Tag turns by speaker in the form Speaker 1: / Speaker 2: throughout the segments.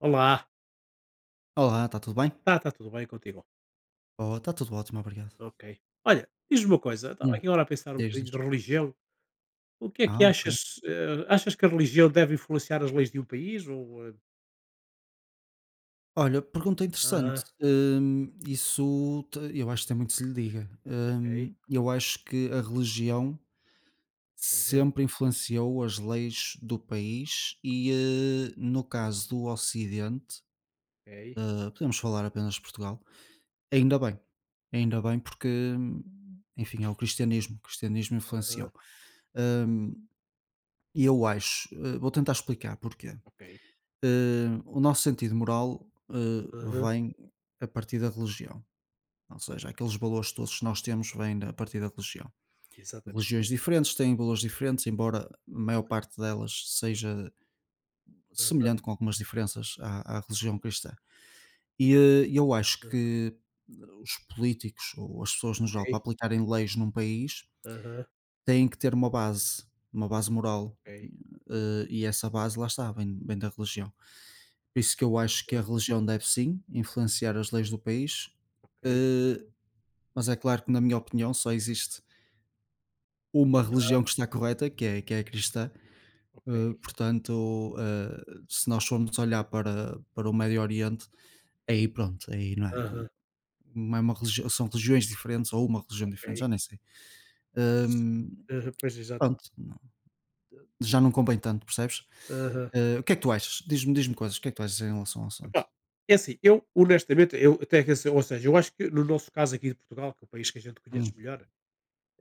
Speaker 1: Olá,
Speaker 2: Olá, está tudo bem?
Speaker 1: está tudo bem contigo?
Speaker 2: Oh, está tudo ótimo, obrigado.
Speaker 1: Ok. Olha, diz-me uma coisa, estava
Speaker 2: Hum,
Speaker 1: aqui agora a pensar um
Speaker 2: Diz, diz.
Speaker 1: bocadinho de religião. O que é que
Speaker 2: Ah, ok.
Speaker 1: achas? Achas que a religião deve influenciar as leis de um país? Ou,
Speaker 2: Olha, pergunta interessante.
Speaker 1: aham,
Speaker 2: Isso eu acho que tem muito que se lhe diga.
Speaker 1: ok,
Speaker 2: Eu acho que a religião
Speaker 1: aham,
Speaker 2: sempre influenciou as leis do país e, no caso do Ocidente,
Speaker 1: ok,
Speaker 2: podemos falar apenas de Portugal, ainda bem. Ainda bem porque, enfim, é o cristianismo. O cristianismo
Speaker 1: aham,
Speaker 2: influenciou. Hum, E eu acho, vou tentar explicar porquê.
Speaker 1: ok,
Speaker 2: O nosso sentido moral
Speaker 1: aham,
Speaker 2: vem a partir da religião. Ou seja, aqueles valores todos que nós temos vêm a partir da religião. Religiões
Speaker 1: exatamente.
Speaker 2: diferentes têm valores diferentes, embora a maior parte delas seja
Speaker 1: Aham,
Speaker 2: semelhante com algumas diferenças à religião cristã. E eu acho
Speaker 1: aham,
Speaker 2: que os políticos ou as pessoas no geral para
Speaker 1: ok,
Speaker 2: aplicarem leis num país
Speaker 1: aham,
Speaker 2: têm que ter uma base moral.
Speaker 1: ok,
Speaker 2: E essa base lá está, vem da religião. Por isso que eu acho que a
Speaker 1: aham,
Speaker 2: religião deve sim influenciar as leis do país,
Speaker 1: ok,
Speaker 2: eh, mas é claro que na minha opinião só existe uma religião que está correta, que é a cristã,
Speaker 1: ok,
Speaker 2: portanto, se nós formos olhar para o Médio Oriente, aí pronto, aí
Speaker 1: aham,
Speaker 2: não é uma religião, são religiões diferentes ou uma religião diferente,
Speaker 1: ok.
Speaker 2: já nem sei. Hum,
Speaker 1: Aham, pois, exato.
Speaker 2: Pronto, não, já não convém tanto, percebes?
Speaker 1: Aham.
Speaker 2: O que é que tu achas? Diz-me coisas, o que é que tu achas em relação ao assunto?
Speaker 1: Epá, é assim, eu honestamente, eu até, que dizer, ou seja, eu acho que no nosso caso aqui de Portugal, que é o país que a gente conhece
Speaker 2: Hum,
Speaker 1: melhor,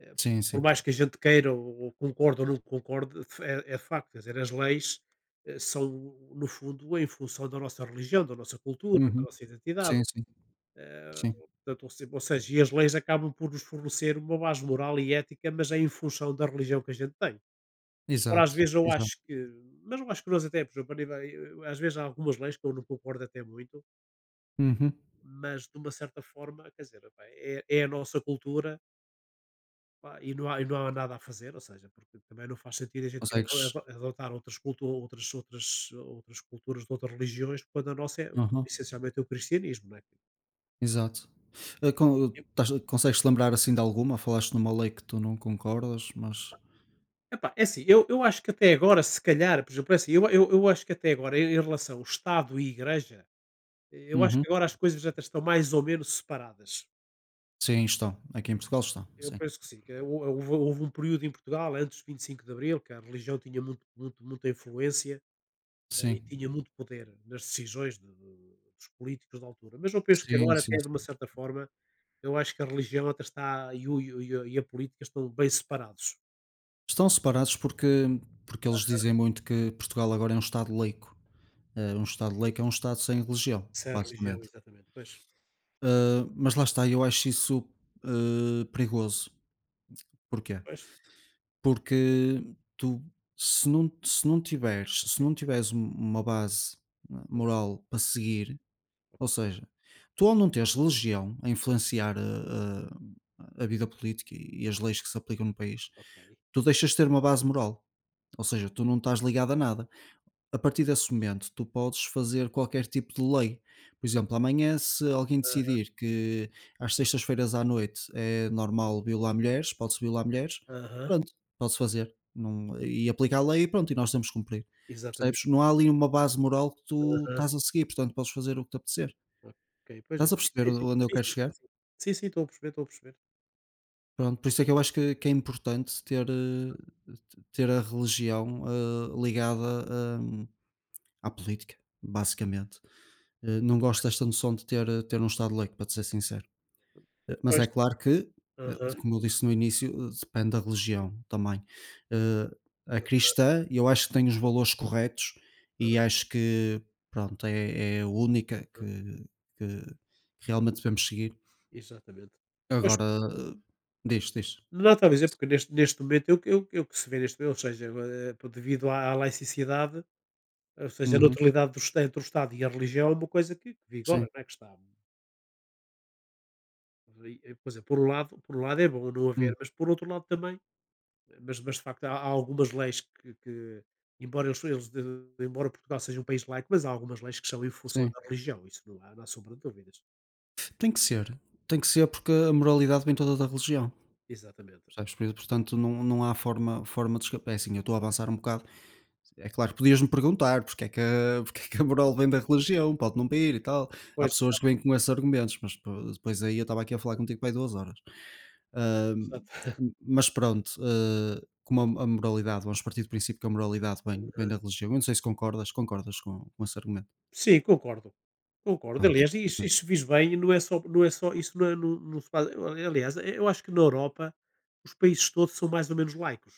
Speaker 1: Eh,
Speaker 2: sim,
Speaker 1: por
Speaker 2: sim.
Speaker 1: mais que a gente queira ou concorde ou não concorde, é, é facto, quer dizer, as leis são, no fundo, em função da nossa religião, da nossa cultura, da
Speaker 2: Uhum.
Speaker 1: nossa identidade.
Speaker 2: Sim, sim,
Speaker 1: Eh,
Speaker 2: sim.
Speaker 1: Portanto, ou se- ou seja, e as leis acabam por nos fornecer uma base moral e ética, mas é em função da religião que a gente tem. Ora, às
Speaker 2: Exato,
Speaker 1: vezes eu acho
Speaker 2: exato.
Speaker 1: que, mas eu acho que nós até, por exemplo, às vezes há algumas leis que eu não concordo até muito,
Speaker 2: Uhum.
Speaker 1: mas de uma certa forma, quer dizer, pá, é, é a nossa cultura. Pá, e não há nada a fazer, ou seja, porque também não faz sentido a gente ir
Speaker 2: Consegues.
Speaker 1: adotar outras outras culturas de outras religiões, quando a nossa é
Speaker 2: Aham.
Speaker 1: essencialmente é o cristianismo, não é?
Speaker 2: Exato.
Speaker 1: Eu
Speaker 2: Consegues-te lembrar, assim, de alguma? Falaste numa lei que tu não concordas, mas
Speaker 1: Epá, é assim, eu acho que até agora, se calhar, por exemplo, é assim, eu acho que até agora, em relação ao Estado e Igreja, eu acho
Speaker 2: Uhum.
Speaker 1: que agora as coisas até estão mais ou menos separadas.
Speaker 2: Sim, estão. Aqui em Portugal estão,
Speaker 1: Eu
Speaker 2: sim.
Speaker 1: penso que sim, que houve um período em Portugal, antes de 25 de Abril, que a religião tinha muito muito muita influência.
Speaker 2: Sim.
Speaker 1: E tinha muito poder nas decisões de dos políticos da altura. Mas eu penso que
Speaker 2: Sim,
Speaker 1: agora
Speaker 2: sim,
Speaker 1: até, de uma
Speaker 2: sim.
Speaker 1: certa forma, eu acho que a religião até está, e a política estão bem separados.
Speaker 2: Estão separados porque eles dizem muito que Portugal agora é um estado laico. Um estado laico é um estado sem religião,
Speaker 1: Sem a religião,
Speaker 2: basicamente.
Speaker 1: exatamente, pois.
Speaker 2: Mas lá está, eu acho isso perigoso. Porquê?
Speaker 1: Pois,
Speaker 2: Porque tu, se não se não tiveres se
Speaker 1: ok,
Speaker 2: não tiveres uma base, né, moral para seguir, ou seja, tu ao não teres religião a influenciar a vida política e as leis que se aplicam no país,
Speaker 1: ok.
Speaker 2: tu deixas de ter uma base moral, ou seja, tu não estás ligado a nada. A partir desse
Speaker 1: Pois.
Speaker 2: momento, tu podes fazer qualquer tipo de lei. Por exemplo, amanhã, se alguém
Speaker 1: Aham,
Speaker 2: decidir que às sextas-feiras à noite é normal violar mulheres, pode-se violar mulheres,
Speaker 1: aham,
Speaker 2: pronto, pode-se fazer. Não, e aplicar a lei e pronto, e nós temos que cumprir. Percebes?
Speaker 1: exatamente.
Speaker 2: Não há ali uma base moral que tu
Speaker 1: Aham,
Speaker 2: estás a seguir, portanto podes fazer o que te apetecer.
Speaker 1: ok, pois é.
Speaker 2: Estás a
Speaker 1: Sim,
Speaker 2: perceber
Speaker 1: sim,
Speaker 2: onde eu
Speaker 1: sim,
Speaker 2: quero
Speaker 1: sim,
Speaker 2: chegar?
Speaker 1: sim, sim. Sim, sim, estou a perceber, estou a perceber.
Speaker 2: Pronto, por isso é que eu acho que é importante ter, ter a religião ligada à política, basicamente. Não gosto
Speaker 1: Pois,
Speaker 2: desta noção de ter um estado laico, para te ser sincero. Mas
Speaker 1: pois.
Speaker 2: é claro que,
Speaker 1: Aham,
Speaker 2: como eu disse no início, depende da religião também. Eh, A
Speaker 1: aham,
Speaker 2: cristã, eu acho que tem os valores corretos e acho que, pronto, é a única
Speaker 1: aham,
Speaker 2: que realmente devemos seguir.
Speaker 1: exatamente. Pois.
Speaker 2: Agora, diz, diz.
Speaker 1: Não, estava a dizer, porque neste momento, eu que é que se vê neste momento, ou seja, pô, devido à, à laicidade, ou seja, a
Speaker 2: Uhum,
Speaker 1: neutralidade do Estado, entre o Estado e a religião é uma coisa que
Speaker 2: sim,
Speaker 1: vigora, não é que está. E, pois é, por um lado é bom não
Speaker 2: hum,
Speaker 1: haver, mas por outro lado também, mas de facto há, há algumas leis que, embora, eles de- embora Portugal seja um país laico, mas há algumas leis que são em função
Speaker 2: sim.
Speaker 1: da religião, isso não há, não há sombra de dúvidas.
Speaker 2: Tem que ser. Tem que ser porque a moralidade vem toda da religião.
Speaker 1: Exatamente.
Speaker 2: Sabes? Por isso, portanto, não, não há forma de escapar. É assim, eu estou a avançar um bocado, É claro, podias-me perguntar porque é que a, porque é que a moral vem da religião, pode não vir e tal. Há
Speaker 1: Pois,
Speaker 2: pessoas que vêm com esses argumentos, mas depois aí eu estava aqui a falar contigo para aí 2 horas. Ahm,
Speaker 1: exatamente.
Speaker 2: mas pronto, como a moralidade, vamos partir do princípio que a moralidade vem da religião. Eu não sei se concordas com esse argumento.
Speaker 1: Sim, concordo. Concordo.
Speaker 2: Pronto.
Speaker 1: Aliás, isso fiz bem, e não é só, não é, não se faz, aliás, eu acho que na Europa os países todos são mais ou menos laicos,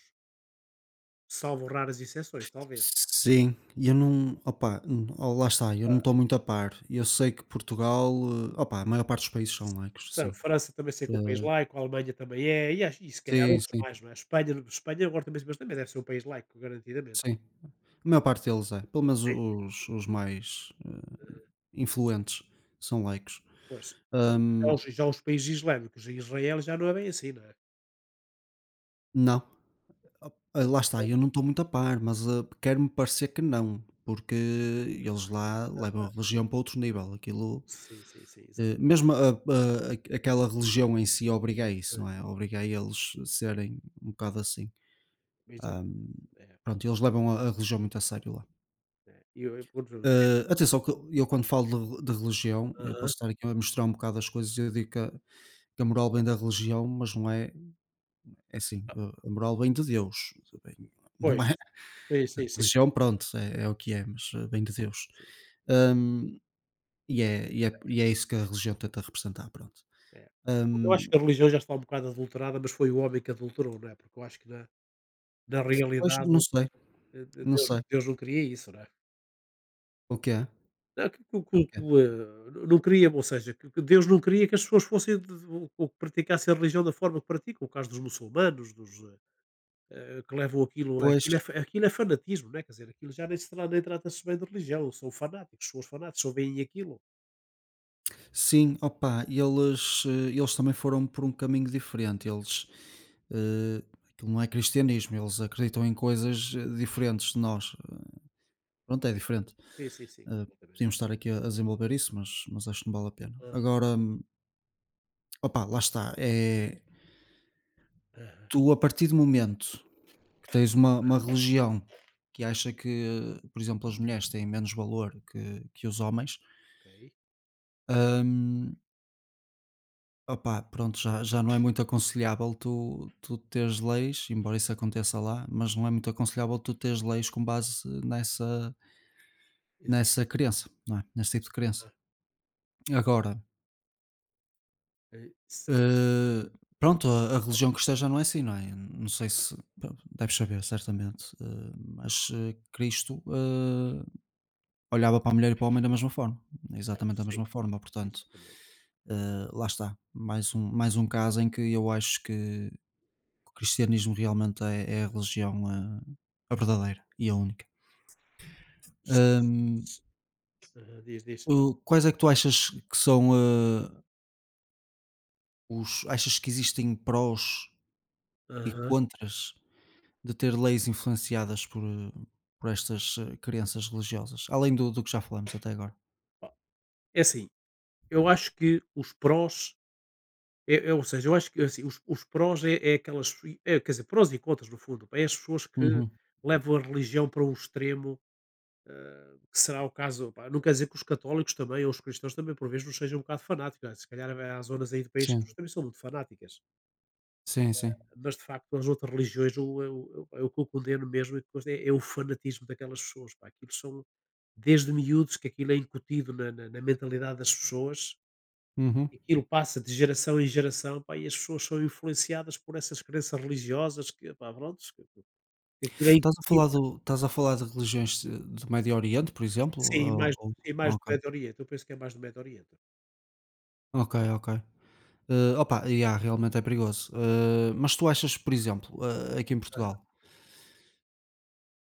Speaker 1: salvo raras exceções, talvez.
Speaker 2: Sim, e eu não, opa, ó, lá está, eu não
Speaker 1: Ah,
Speaker 2: estou muito a par. Eu sei que Portugal, opa, a maior parte dos países são laicos,
Speaker 1: são,
Speaker 2: sim.
Speaker 1: França também sei
Speaker 2: Eh,
Speaker 1: que é um país laico, a Alemanha também é, e acho e se calhar
Speaker 2: sim,
Speaker 1: outros
Speaker 2: sim,
Speaker 1: mais, não é? Espanha agora também, mas também deve ser um país laico, garantidamente.
Speaker 2: sim. A maior parte deles é, pelo menos
Speaker 1: Sim, sim,
Speaker 2: os mais
Speaker 1: aham.
Speaker 2: influentes são laicos.
Speaker 1: Pois. Já
Speaker 2: Hum,
Speaker 1: os já os países islâmicos, em Israel já não é bem assim, não é?
Speaker 2: não, ah, lá está, eu não estou muito a par, mas quero-me parecer que não, porque eles lá
Speaker 1: Aham.
Speaker 2: levam a religião para outro nível. Aquilo,
Speaker 1: Sim, sim, sim, exato.
Speaker 2: mesmo aquela religião em si obriga a
Speaker 1: É,
Speaker 2: isso, não é? Obriga a eles a serem um bocado assim.
Speaker 1: exato.
Speaker 2: Hum,
Speaker 1: É,
Speaker 2: Pronto, eles levam a religião muito a sério lá.
Speaker 1: é. E eu
Speaker 2: Atenção, que eu quando falo de religião, eu
Speaker 1: aham.
Speaker 2: posso estar aqui a misturar um bocado as coisas, eu digo que a moral vem da religião, mas não é, é assim,
Speaker 1: Ah,
Speaker 2: a moral vem de Deus, vem- não
Speaker 1: pois.
Speaker 2: é?
Speaker 1: Sim,
Speaker 2: A
Speaker 1: sim, sim,
Speaker 2: religião, pronto, é o que é, mas vem de Deus.
Speaker 1: sim,
Speaker 2: Ahm, e é isso que a religião tenta representar, pronto.
Speaker 1: é. Eu acho
Speaker 2: Ahm,
Speaker 1: que a religião já está um bocado adulterada, mas foi o homem que adulterou, não é? Porque eu acho que na
Speaker 2: Pois,
Speaker 1: realidade,
Speaker 2: não sei, não
Speaker 1: Deus
Speaker 2: sei,
Speaker 1: Deus não queria isso, não é?
Speaker 2: o que é,
Speaker 1: Não,
Speaker 2: o que é.
Speaker 1: não queria, ou seja, que Deus não queria que as pessoas fossem de ou que praticassem a religião da forma que praticam, o caso dos muçulmanos, dos, que levam aquilo,
Speaker 2: Pois,
Speaker 1: aquilo é fa aquilo é fanatismo, não é? Quer dizer, aquilo já nem trata-se bem de religião, são fanáticos, são os fanáticos, só veem aquilo.
Speaker 2: sim, opa, eles também foram por um caminho diferente. Eh, Aquilo não é cristianismo, eles acreditam em coisas diferentes de nós. Pronto, é diferente.
Speaker 1: Sim, sim, sim,
Speaker 2: Eh,
Speaker 1: completamente.
Speaker 2: Podíamos estar aqui a desenvolver isso, mas acho que não vale a pena.
Speaker 1: Aham,
Speaker 2: Agora, opa, lá está. É,
Speaker 1: aham,
Speaker 2: tu, a partir do momento que tens uma religião que acha que, por exemplo, as mulheres têm menos valor que os homens,
Speaker 1: ok.
Speaker 2: hum, opá, pronto, já não é muito aconselhável tu teres leis, embora isso aconteça lá, mas não é muito aconselhável tu teres leis com base nessa,
Speaker 1: Exa
Speaker 2: nessa crença, não é? Nesse tipo de crença. Agora,
Speaker 1: E s
Speaker 2: eh, pronto, a religião cristã já não é assim, não é? Não sei se pá, deves saber, certamente mas Cristo olhava para a mulher e para o homem da mesma forma, exatamente da
Speaker 1: sim,
Speaker 2: mesma forma, portanto,
Speaker 1: exatamente.
Speaker 2: Lá está, mais um caso em que eu acho que o cristianismo realmente é a religião a verdadeira e a única.
Speaker 1: S
Speaker 2: Ahm,
Speaker 1: s aham, diz, diz.
Speaker 2: Quais é que tu achas que são os. Achas que existem prós e
Speaker 1: Aham.
Speaker 2: contras de ter leis influenciadas por estas crenças religiosas, além do que já falamos até agora?
Speaker 1: Ó, é assim, eu acho que os prós, eu acho que é assim, os prós é é aquelas pesoi é quer dizer, prós e contras no fundo, pá, é as pessoas que
Speaker 2: Uhum.
Speaker 1: levam a religião para um extremo, hã, que será o caso, pá, não quer dizer que os católicos também ou os cristãos também por vezes não sejam um bocado fanáticos, né? Se calhar há zonas aí do país que as
Speaker 2: Sim,
Speaker 1: pessoas também são muito fanáticas.
Speaker 2: sim, sim.
Speaker 1: Mas, de facto, as outras religiões, o que eu condeno mesmo, e depois é é o fanatismo daquelas pessoas, pá. Aquilo são, desde miúdos que aquilo é incutido na mentalidade das pessoas,
Speaker 2: Uhum.
Speaker 1: e aquilo passa de geração em geração, pá, e as pessoas são influenciadas por essas crenças religiosas que, pá, prontos, que aquilo é
Speaker 2: Estás a falar,
Speaker 1: incutido.
Speaker 2: do, estás a falar de religiões do Médio Oriente, por exemplo?
Speaker 1: Sim, mais do
Speaker 2: Ok.
Speaker 1: Médio Oriente, eu penso que é mais do Médio Oriente.
Speaker 2: Ok, ok. Opa, yeah, realmente é perigoso. Mas tu achas, por exemplo, aqui em Portugal,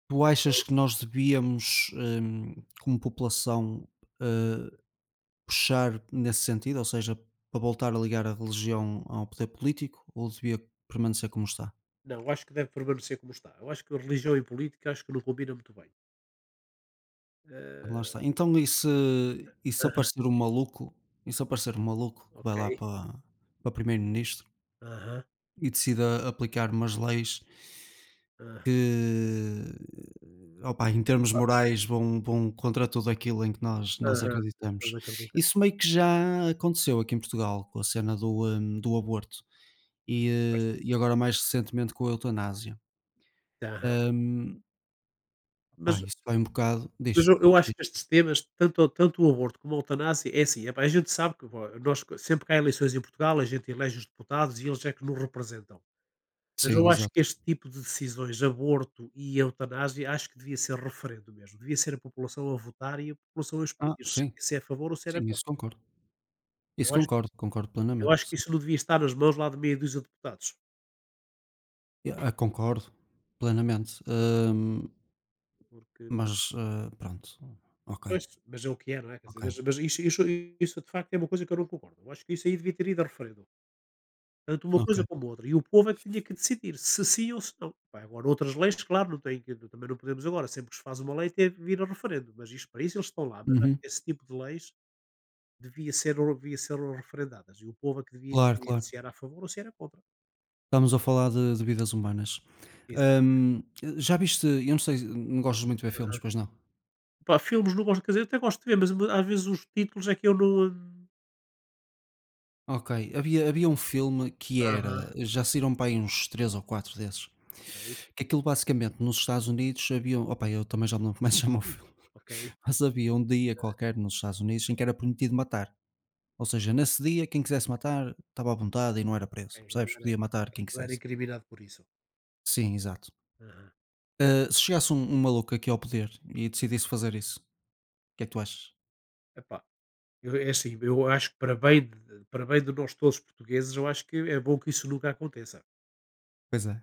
Speaker 2: tu
Speaker 1: É.
Speaker 2: achas que nós devíamos, como população, eh, puxar nesse sentido, ou seja, para voltar a ligar a religião ao poder político, ou devia permanecer como está?
Speaker 1: Não, eu acho que deve permanecer como está. Eu acho que religião e política, acho que não combina muito bem.
Speaker 2: Lá
Speaker 1: Hã,
Speaker 2: está. Então, e se aparecer um maluco, e se aparecer um maluco que vai
Speaker 1: ok.
Speaker 2: lá para primeiro-ministro?
Speaker 1: Aham,
Speaker 2: E decida aplicar umas leis
Speaker 1: aham.
Speaker 2: que, opa, em termos morais vão contra tudo aquilo em que nós
Speaker 1: Aham. Nós
Speaker 2: acreditamos.
Speaker 1: acreditamos.
Speaker 2: Isso meio que já aconteceu aqui em Portugal com a cena do aborto e,
Speaker 1: Pois.
Speaker 2: eh, e agora mais recentemente com a eutanásia.
Speaker 1: Aham.
Speaker 2: Hum, Opá,
Speaker 1: Mas
Speaker 2: isso vai um bocado. Diz,
Speaker 1: mas eu
Speaker 2: diz.
Speaker 1: acho que estes temas, tanto o aborto como a eutanásia, é assim, epá, a gente sabe que vo nós, sempre que há eleições em Portugal, a gente elege os deputados e eles é que nos representam. Mas
Speaker 2: Sim,
Speaker 1: eu acho
Speaker 2: exato.
Speaker 1: que este tipo de decisões, aborto e eutanásia, acho que devia ser referendo mesmo. Devia ser a população a votar e a população a escolher
Speaker 2: Ah,
Speaker 1: se
Speaker 2: sim,
Speaker 1: se é a favor ou se era
Speaker 2: sim, isso
Speaker 1: contra.
Speaker 2: concordo.
Speaker 1: Eu
Speaker 2: Isso
Speaker 1: acho
Speaker 2: concordo, concordo
Speaker 1: eu
Speaker 2: plenamente.
Speaker 1: acho que
Speaker 2: Sim.
Speaker 1: isso não devia estar nas mãos lá de meia dúzia de deputados,
Speaker 2: Concordo plenamente.
Speaker 1: porque.
Speaker 2: Mas, pronto, ok,
Speaker 1: Pois, mas é o que é, não é? Quer
Speaker 2: ok,
Speaker 1: dizer, mas isso de facto é uma coisa que eu não concordo. Eu acho que isso aí devia ter ido a referendo, tanto uma
Speaker 2: ok.
Speaker 1: coisa como outra. E o povo é que tinha que decidir se sim ou se não. Pá, agora outras leis, claro, não tem que também não podemos agora, sempre que se faz uma lei, tem que vir a referendo, mas isto, para isso eles estão lá, mas acho
Speaker 2: Uhum.
Speaker 1: que esse tipo de leis devia ser referendadas e o povo é que devia
Speaker 2: Claro,
Speaker 1: decidir
Speaker 2: claro.
Speaker 1: se era a favor ou se era contra.
Speaker 2: Estamos a falar de vidas humanas.
Speaker 1: Isso.
Speaker 2: Hum, Já viste, eu não sei, não gostas muito de ver filmes,
Speaker 1: Aham.
Speaker 2: pois não?
Speaker 1: Pá, filmes não gosto, quer dizer, eu até gosto de ver, mas às vezes os títulos é que eu não.
Speaker 2: Ok, havia um filme que era
Speaker 1: Aham,
Speaker 2: já saíram para aí uns 3 ou 4 desses,
Speaker 1: ok,
Speaker 2: que aquilo basicamente nos Estados Unidos havia opa, eu também já me lembro como é o filme,
Speaker 1: ok.
Speaker 2: mas havia um dia qualquer nos Estados Unidos em que era permitido matar. Ou seja, nesse dia quem quisesse matar estava à vontade e não era
Speaker 1: Ok,
Speaker 2: preso, percebes? Podia matar quem
Speaker 1: não era
Speaker 2: quisesse.
Speaker 1: incriminado por isso.
Speaker 2: Sim, exato.
Speaker 1: Aham.
Speaker 2: Ah, se chegasse um maluco aqui ao poder e decidisse fazer isso, o que é que tu achas?
Speaker 1: Epá, eu, é assim, eu acho que para bem, para bem de nós todos portugueses, eu acho que é bom que isso nunca aconteça.
Speaker 2: Pois é.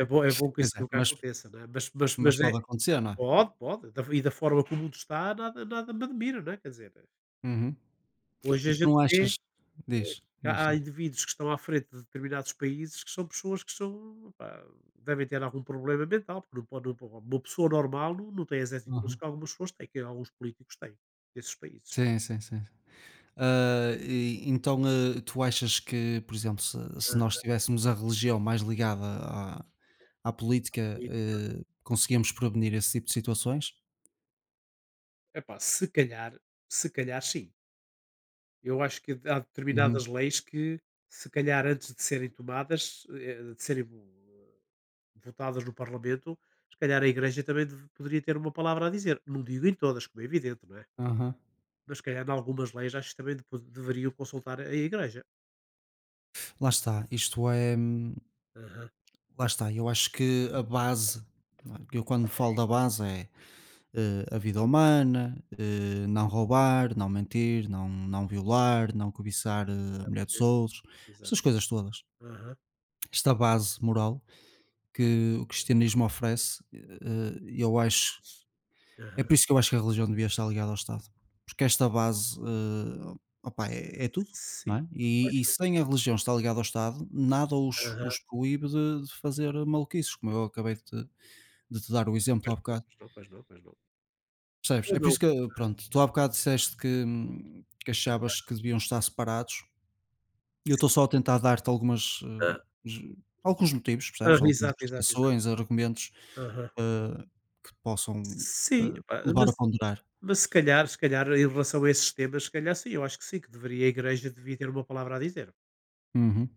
Speaker 1: É bom que
Speaker 2: Pois
Speaker 1: isso
Speaker 2: é,
Speaker 1: nunca
Speaker 2: mas
Speaker 1: aconteça, né?
Speaker 2: mas
Speaker 1: Mas é,
Speaker 2: pode acontecer, não é?
Speaker 1: pode, pode. Da forma como o mundo está, nada, nada me admira, né? Quer dizer,
Speaker 2: Uhum.
Speaker 1: hoje
Speaker 2: E
Speaker 1: a
Speaker 2: tu
Speaker 1: gente
Speaker 2: não
Speaker 1: vê
Speaker 2: achas. Diz,
Speaker 1: que
Speaker 2: diz,
Speaker 1: há
Speaker 2: diz.
Speaker 1: indivíduos que estão à frente de determinados países que são pessoas que são, pá, devem ter algum problema mental, porque não pode, uma pessoa normal não, não tem as atitudes
Speaker 2: Aham.
Speaker 1: que algumas pessoas têm, que alguns políticos têm, desses países.
Speaker 2: Sim, sim, sim. Ah, e então, tu achas que, por exemplo, se nós tivéssemos a religião mais ligada à política,
Speaker 1: Política,
Speaker 2: conseguíamos prevenir esse tipo de situações?
Speaker 1: epá, se calhar sim. Eu acho que há uhum
Speaker 2: Uhum.
Speaker 1: determinadas leis que, se calhar, antes de serem tomadas, de serem vo votadas no Parlamento, se calhar a Igreja também deve poderia ter uma palavra a dizer. Não digo em todas, como é evidente, não é?
Speaker 2: Aham.
Speaker 1: Mas se calhar em algumas leis acho que também depo deveriam consultar a Igreja.
Speaker 2: Lá está, isto é
Speaker 1: Aham.
Speaker 2: Lá está, eu acho que a base, não é, eu quando falo da base é, a vida humana, não roubar, não mentir, não violar, não
Speaker 1: Exa
Speaker 2: cobiçar, a mulher dos
Speaker 1: Exatamente,
Speaker 2: outros, estas coisas
Speaker 1: exatamente.
Speaker 2: todas.
Speaker 1: Aham.
Speaker 2: Esta base moral que o cristianismo oferece, eu acho
Speaker 1: Isso.
Speaker 2: é
Speaker 1: Aham.
Speaker 2: por isso que eu acho que a religião devia estar ligada ao Estado, porque esta base, opá, é tudo,
Speaker 1: Sim.
Speaker 2: não é?
Speaker 1: Pois,
Speaker 2: E
Speaker 1: pois
Speaker 2: sem a
Speaker 1: é.
Speaker 2: religião estar ligada ao Estado, nada os
Speaker 1: Aham.
Speaker 2: os proíbe de fazer maluquices, como eu acabei de te dar o exemplo há
Speaker 1: Pois não,
Speaker 2: bocado.
Speaker 1: pois não, pois não, pois não.
Speaker 2: Percebes? É
Speaker 1: Pois
Speaker 2: por
Speaker 1: não.
Speaker 2: isso que, pronto, tu há bocado disseste que achavas que deviam estar separados e eu estou
Speaker 1: Sim.
Speaker 2: só a tentar dar-te ju- alguns motivos, percebes?
Speaker 1: Aham,
Speaker 2: Algumas
Speaker 1: exato, exato, exato.
Speaker 2: justificações, argumentos
Speaker 1: Aham.
Speaker 2: eh, que te possam
Speaker 1: Sim, pá,
Speaker 2: levar
Speaker 1: mas
Speaker 2: a ponderar.
Speaker 1: mas se calhar em relação a esses temas, se calhar sim, eu acho que sim, que deveria, a igreja devia ter uma palavra a dizer.
Speaker 2: Uhum.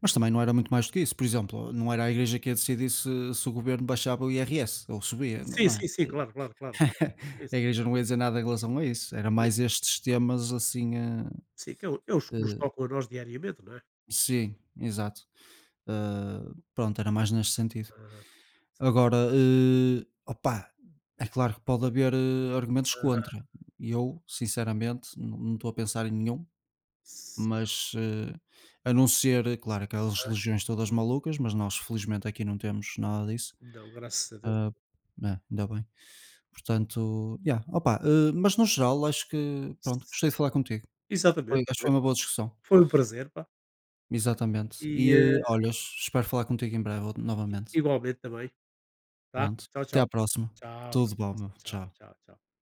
Speaker 2: Mas também não era muito mais do que isso. Por exemplo, não era a igreja que ia decidir se o governo baixava o IRS ou subia,
Speaker 1: Sim,
Speaker 2: não é?
Speaker 1: sim, sim, claro, claro, claro, claro. Sim,
Speaker 2: A
Speaker 1: sim,
Speaker 2: igreja não ia dizer nada em relação a isso. Era
Speaker 1: sim,
Speaker 2: mais
Speaker 1: sim.
Speaker 2: estes temas assim
Speaker 1: Sim, que é o é os que nos tocam a nós diariamente, não é?
Speaker 2: Sim, exato. Pronto, era mais neste sentido.
Speaker 1: Aham.
Speaker 2: Agora, opá, é claro que pode haver, argumentos
Speaker 1: Aham.
Speaker 2: contra. E eu, sinceramente, não estou a pensar em nenhum,
Speaker 1: S
Speaker 2: mas, a não ser, claro, aquelas religiões todas malucas, mas nós felizmente aqui não temos nada disso.
Speaker 1: Não, graças a Deus.
Speaker 2: Hã, É, ainda bem. Portanto, yeah, opá, mas no geral acho que, pronto,
Speaker 1: S
Speaker 2: gostei de falar contigo. Foi
Speaker 1: Exatamente,
Speaker 2: Acho que
Speaker 1: também,
Speaker 2: foi uma
Speaker 1: pá.
Speaker 2: boa discussão.
Speaker 1: Foi um prazer, pá.
Speaker 2: Exatamente.
Speaker 1: E,
Speaker 2: E olha, espero falar contigo em breve novamente.
Speaker 1: igualmente também, tá?
Speaker 2: Pronto.
Speaker 1: Tchau,
Speaker 2: Até
Speaker 1: tchau.
Speaker 2: à próxima.
Speaker 1: Tchau, até à
Speaker 2: Tudo bom, meu.
Speaker 1: próxima. Tchau,
Speaker 2: Tchau.
Speaker 1: tchau, tchau.